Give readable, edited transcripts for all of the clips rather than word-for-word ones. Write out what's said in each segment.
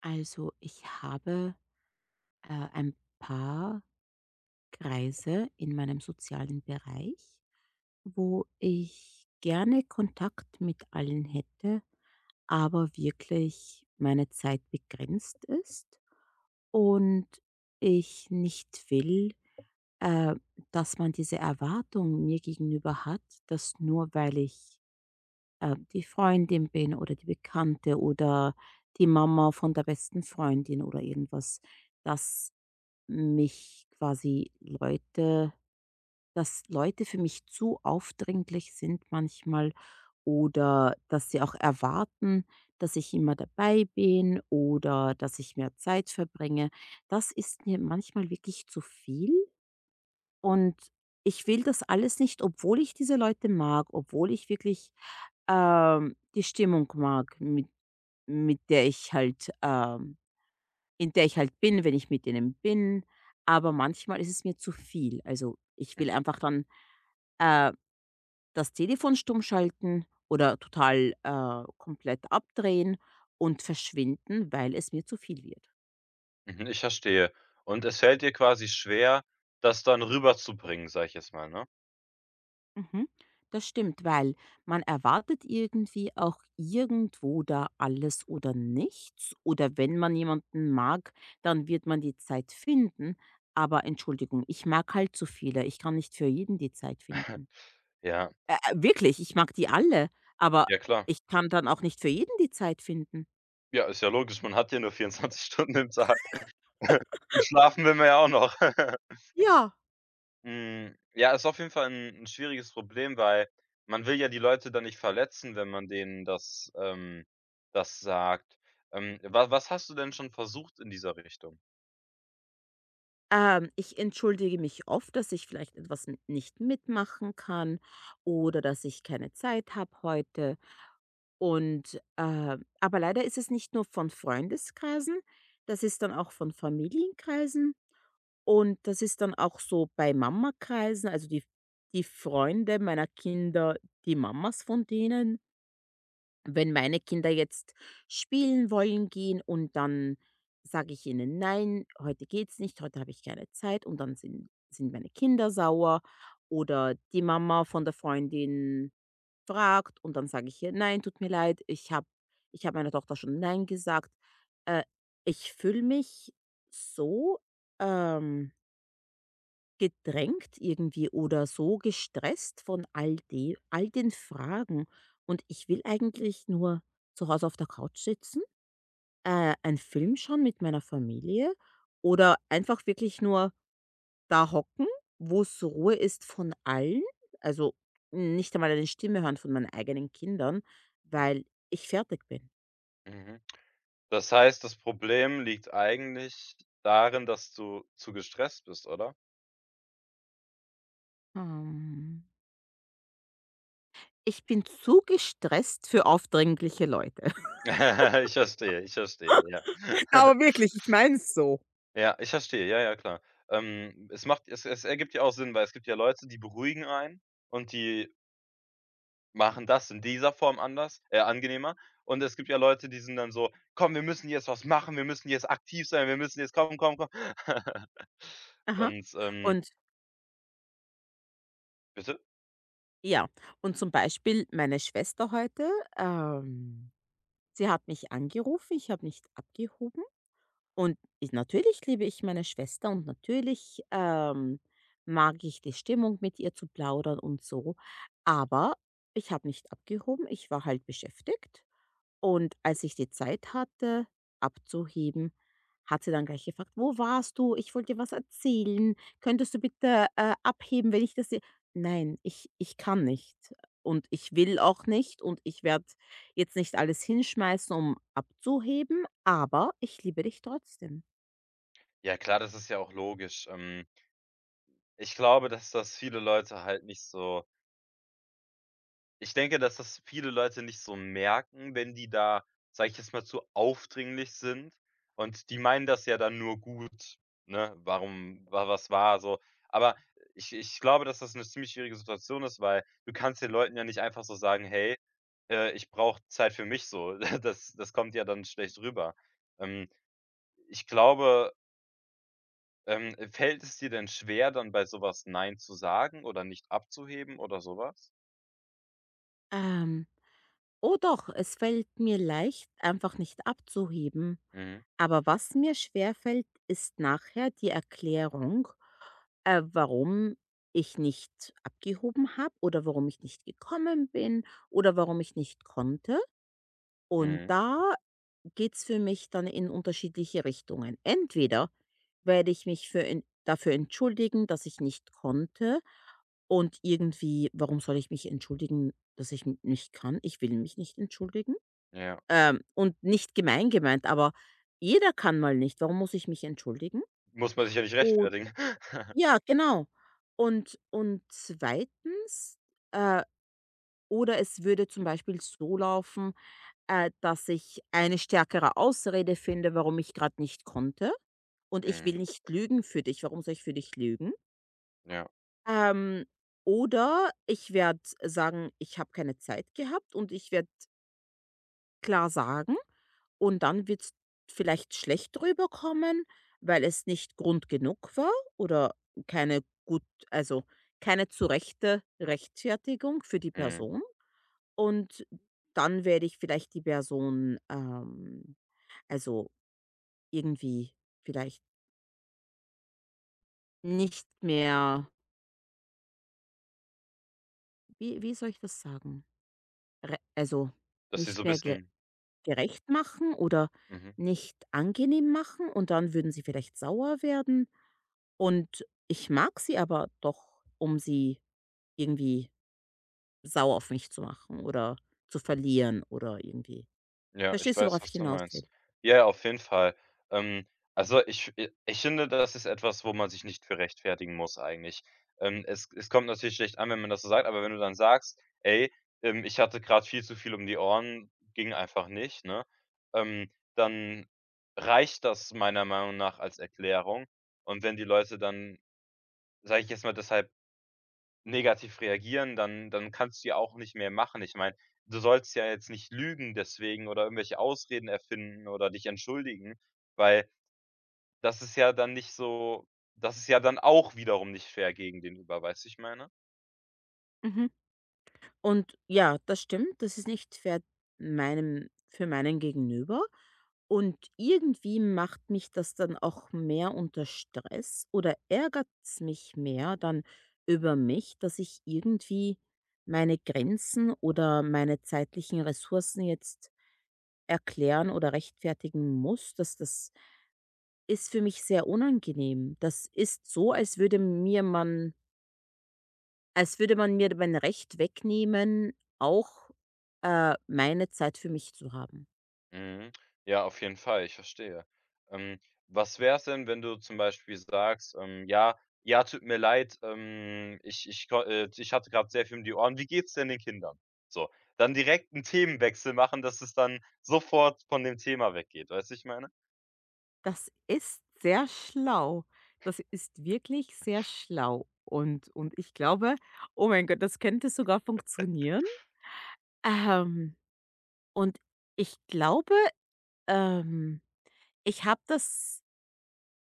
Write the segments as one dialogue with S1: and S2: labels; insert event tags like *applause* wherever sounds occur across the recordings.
S1: Also, ich habe, ein paar Kreise in meinem sozialen Bereich, wo ich gerne Kontakt mit allen hätte, aber wirklich meine Zeit begrenzt ist und ich nicht will, äh, dass man diese Erwartung mir gegenüber hat, dass nur weil ich die Freundin bin oder die Bekannte oder die Mama von der besten Freundin oder irgendwas, dass mich quasi Leute dass Leute für mich zu aufdringlich sind manchmal oder dass sie auch erwarten, dass ich immer dabei bin oder dass ich mehr Zeit verbringe. Das ist mir manchmal wirklich zu viel. Und ich will das alles nicht, obwohl ich diese Leute mag, obwohl ich wirklich, die Stimmung mag, mit der ich halt, in der ich halt bin, wenn ich mit denen bin. Aber manchmal ist es mir zu viel. Also, ich will
S2: Mhm,
S1: einfach dann, äh, das Telefon stumm schalten oder total, komplett abdrehen und verschwinden, weil es mir zu viel wird.
S2: mhm, ich verstehe. Und es fällt dir quasi schwer, das dann rüberzubringen, sage ich jetzt mal, ne?
S1: Mhm. Das stimmt, weil man erwartet irgendwie auch irgendwo da alles oder nichts. Oder wenn man jemanden mag, dann wird man die Zeit finden. Aber Entschuldigung, ich mag halt so viele. Ich kann nicht für jeden die Zeit finden.
S2: *laughs* Ja,
S1: Wirklich, ich mag die alle. Aber
S2: ja klar.
S1: ich kann dann auch nicht für jeden die Zeit finden.
S2: Ja, ist ja logisch, man hat ja nur 24 *laughs* Stunden im Tag. *laughs* Und schlafen will man ja auch noch. *laughs*
S1: Ja,
S2: Hm, ja, ist auf jeden Fall ein 'n schwieriges Problem, weil man will ja die Leute dann nicht verletzen, wenn man denen das das sagt. Wa was hast du denn schon versucht in dieser Richtung?
S1: ich entschuldige mich oft, dass ich vielleicht etwas nicht mitmachen kann oder dass ich keine Zeit habe heute. Und, aber leider ist es nicht nur von Freundeskreisen, das ist dann auch von Familienkreisen und das ist dann auch so bei Mamakreisen, also die Freunde meiner Kinder, die Mamas von denen. Wenn meine Kinder jetzt spielen wollen gehen und dann sage ich ihnen: „Nein, heute geht's nicht, heute habe ich keine Zeit“, und dann sind meine Kinder sauer oder die Mama von der Freundin fragt und dann sage ich ihr: „Nein, tut mir leid, ich habe meiner Tochter schon nein gesagt.“ Äh, Ich fühle mich so, ähm, gedrängt irgendwie oder so gestresst von all den Fragen und ich will eigentlich nur zu Hause auf der Couch sitzen, einen Film schauen mit meiner Familie oder einfach wirklich nur da hocken, wo es Ruhe ist von allen, also nicht einmal eine Stimme hören von meinen eigenen Kindern,
S2: Mhm,
S1: weil ich fertig bin.
S2: mhm. Das heißt, das Problem liegt eigentlich darin, dass du zu gestresst bist, oder?
S1: Ähm, Ich bin zu gestresst für aufdringliche Leute. *laughs*
S2: *laughs* Ich verstehe, ja. *laughs*
S1: Aber wirklich, ich meine es so.
S2: Ja, ich verstehe, ja, ja, klar. Es es ergibt ja auch Sinn, weil es gibt ja Leute, die beruhigen einen und die machen das in dieser Form anders angenehmer. Und es gibt ja Leute, die sind dann so: „Komm, wir müssen jetzt was machen, wir müssen jetzt aktiv sein, wir müssen jetzt kommen, komm, komm, komm.“ *laughs*
S1: Aha.
S2: Und,
S1: Und
S2: bitte?
S1: ja, und zum Beispiel meine Schwester heute, ähm, sie hat mich angerufen, ich habe nicht abgehoben. Und ich, natürlich liebe ich meine Schwester und natürlich, mag ich die Stimmung, mit ihr zu plaudern und so. Aber ich habe nicht abgehoben, ich war halt beschäftigt. Und als ich die Zeit hatte, abzuheben, hat sie dann gleich gefragt: „Wo warst du? Ich wollte dir was erzählen. Könntest du bitte, abheben, wenn ich das se“ Nein, ich kann nicht und ich will auch nicht und ich werde jetzt nicht alles hinschmeißen, um abzuheben, aber ich liebe dich trotzdem.
S2: Ja klar, das ist ja auch logisch. Ich glaube, dass das viele Leute halt nicht so. Ich denke, dass das viele Leute nicht so merken, wenn die da, sage ich jetzt mal, zu aufdringlich sind und die meinen das ja dann nur gut, ne? Warum wa was war so. Aber ich glaube, dass das eine ziemlich schwierige Situation ist, weil du kannst den Leuten ja nicht einfach so sagen: „Hey, ich brauche Zeit für mich“, so. *laughs* Das kommt ja dann schlecht rüber. Ähm, ich glaube, fällt es dir denn schwer, dann bei sowas „Nein“ zu sagen oder nicht abzuheben oder sowas?
S1: Ähm, oh doch, es fällt mir leicht, einfach nicht abzuheben,
S2: Mhm,
S1: aber was mir schwerfällt, ist nachher die Erklärung, warum ich nicht abgehoben habe oder warum ich nicht gekommen bin oder warum ich nicht konnte. Und
S2: mhm,
S1: da geht's für mich dann in unterschiedliche Richtungen. Entweder werde ich mich für en dafür entschuldigen, dass ich nicht konnte und irgendwie warum soll ich mich entschuldigen, dass ich n nicht kann? Ich will mich nicht entschuldigen.
S2: ja.
S1: Und nicht gemeint, aber jeder kann mal nicht. Warum muss ich mich entschuldigen?
S2: Muss man sich ja nicht rechtfertigen. *laughs*
S1: Ja, genau. Und zweitens, äh, oder es würde zum Beispiel so laufen, dass ich eine stärkere Ausrede finde, warum ich gerade nicht konnte und ich
S2: Mhm,
S1: will nicht lügen für dich. Warum soll ich für dich lügen?
S2: ja,
S1: Ähm, oder ich werde sagen: „Ich habe keine Zeit gehabt“ und ich werde klar sagen. Und dann wird's vielleicht schlecht rüberkommen, weil es nicht Grund genug war oder keine gut also, keine zu rechte Rechtfertigung für die
S2: mhm.
S1: Person. Und dann werde ich vielleicht die Person, also, irgendwie vielleicht nicht mehr, wie soll ich das sagen? Re Also,
S2: Dass sie so
S1: nicht
S2: ein
S1: mehr ge
S2: bisschen.
S1: gerecht machen oder
S2: Mhm,
S1: nicht angenehm machen und dann würden sie vielleicht sauer werden. Und ich mag sie aber doch, um sie irgendwie sauer auf mich zu machen oder zu verlieren oder irgendwie.
S2: ja, ich
S1: Verstehst du,
S2: weiß,
S1: worauf ich
S2: was du
S1: hinaus
S2: meinst.
S1: will?
S2: Ja, ja, auf jeden Fall. Ähm, also, ich finde, das ist etwas, wo man sich nicht für rechtfertigen muss eigentlich. Es kommt natürlich schlecht an, wenn man das so sagt, aber wenn du dann sagst: „Ey, ich hatte gerade viel zu viel um die Ohren, ging einfach nicht“, ne? Ähm, dann reicht das meiner Meinung nach als Erklärung. Und wenn die Leute dann, sage ich jetzt mal, deshalb negativ reagieren, dann kannst du ja auch nicht mehr machen. Ich meine, du sollst ja jetzt nicht lügen deswegen oder irgendwelche Ausreden erfinden oder dich entschuldigen, weil das ist ja dann nicht so das ist ja dann auch wiederum nicht fair gegenüber, weißt du, wie ich meine?
S1: Mhm. Und ja, das stimmt, das ist nicht fair, meinem für meinen Gegenüber. Und irgendwie macht mich das dann auch mehr unter Stress oder ärgert es mich mehr dann über mich, dass ich irgendwie meine Grenzen oder meine zeitlichen Ressourcen jetzt erklären oder rechtfertigen muss, das ist für mich sehr unangenehm. Das ist so, als würde mir man als würde man mir mein Recht wegnehmen, auch, meine Zeit für mich zu haben.
S2: Mhm. Ja, auf jeden Fall, ich verstehe. Ähm, was wär's denn, wenn du zum Beispiel sagst, „Ja, ja, tut mir leid, ich hatte gerade sehr viel um die Ohren. Wie geht's denn den Kindern?“ So, dann direkt einen Themenwechsel machen, dass es dann sofort von dem Thema weggeht. Weißt du, ich meine?
S1: Das ist sehr schlau. Das ist wirklich sehr schlau. Und ich glaube, oh mein Gott, das könnte sogar funktionieren. Ähm, und ich glaube, ähm, ich habe das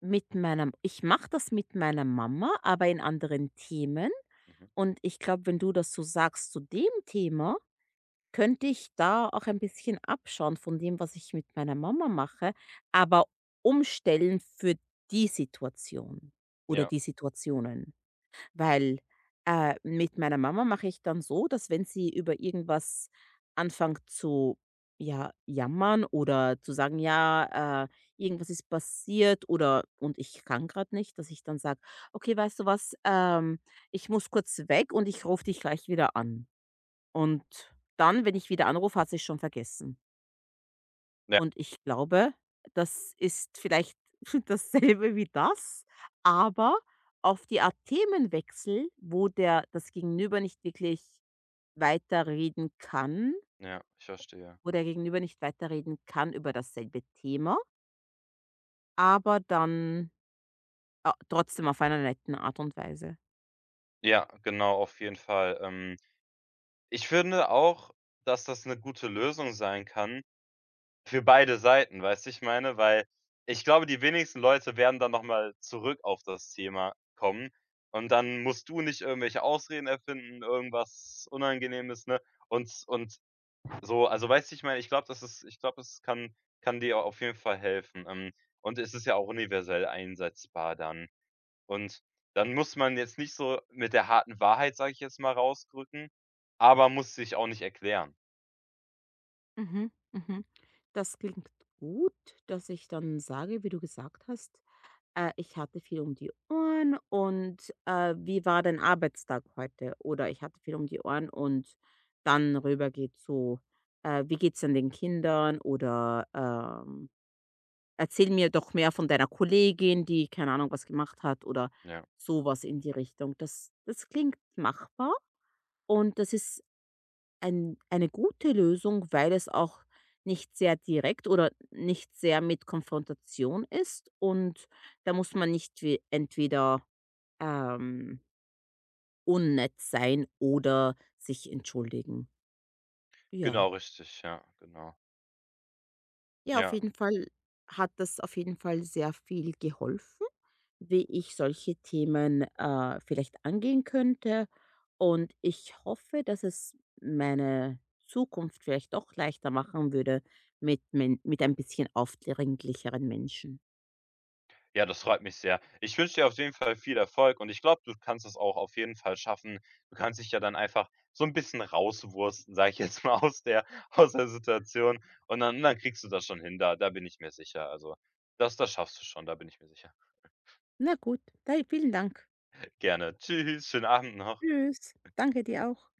S1: Mit meiner, ich mache das mit meiner Mama, aber in anderen Themen.
S2: Mhm.
S1: Und ich glaube, wenn du das so sagst zu dem Thema, könnte ich da auch ein bisschen abschauen von dem, was ich mit meiner Mama mache, aber umstellen für die Situation oder
S2: Ja,
S1: die Situationen. Weil, mit meiner Mama mache ich dann so, dass wenn sie über irgendwas anfängt zu, ja, jammern oder zu sagen: „Ja, irgendwas ist passiert“ oder und ich kann gerade nicht, dass ich dann sage: „Okay, weißt du was, ich muss kurz weg und ich rufe dich gleich wieder an.“ Und dann, wenn ich wieder anrufe, hat sie's schon vergessen.
S2: ja,
S1: Und ich glaube, das ist vielleicht *laughs* dasselbe wie das, aber auf die Art Themenwechsel, wo der das Gegenüber nicht wirklich weiterreden kann,
S2: ja, ich verstehe.
S1: wo der Gegenüber nicht weiterreden kann über dasselbe Thema, aber dann, trotzdem auf einer netten Art und Weise.
S2: Ja, genau, auf jeden Fall. Ich finde auch, dass das eine gute Lösung sein kann für beide Seiten, weißt du, ich meine? Weil ich glaube, die wenigsten Leute werden dann noch mal zurück auf das Thema kommen und dann musst du nicht irgendwelche Ausreden erfinden, irgendwas Unangenehmes, ne? Und so, also, weißt du, ich meine, ich glaube, das kann dir au- auf jeden Fall helfen, und es ist ja auch universell einsetzbar dann. Und dann muss man jetzt nicht so mit der harten Wahrheit, sage ich jetzt mal, rausrücken, aber muss sich auch nicht erklären.
S1: Mhm, mhm. Das klingt gut, dass ich dann sage, wie du gesagt hast: ich hatte viel um die Ohren und, wie war dein Arbeitstag heute? Oder ich hatte viel um die Ohren und dann rüber geht zu, wie geht's denn den Kindern? Oder, erzähl mir doch mehr von deiner Kollegin, die keine Ahnung was gemacht hat oder
S2: Ja.
S1: sowas in die Richtung. Das klingt machbar und das ist eine gute Lösung, weil es auch nicht sehr direkt oder nicht sehr mit Konfrontation ist und da muss man nicht we entweder, ähm, unnett sein oder sich entschuldigen. Ja.
S2: Genau, richtig, ja, genau.
S1: Ja, auf
S2: Ja.
S1: jeden Fall hat das auf jeden Fall sehr viel geholfen, wie ich solche Themen, vielleicht angehen könnte. Und ich hoffe, dass es meine Zukunft vielleicht doch leichter machen würde mit men mit ein bisschen aufdringlicheren Menschen.
S2: Ja, das freut mich sehr. Ich wünsche dir auf jeden Fall viel Erfolg und ich glaube, du kannst das auch auf jeden Fall schaffen. Du kannst dich ja dann einfach so ein bisschen rauswursten, sage ich jetzt *laughs* mal, aus der Situation und dann kriegst du das schon hin, da bin ich mir sicher. Also, das schaffst du schon, da bin ich mir sicher.
S1: Na gut, da vielen Dank.
S2: Gerne. Tschüss, schönen Abend noch.
S1: Tschüss. Danke dir auch.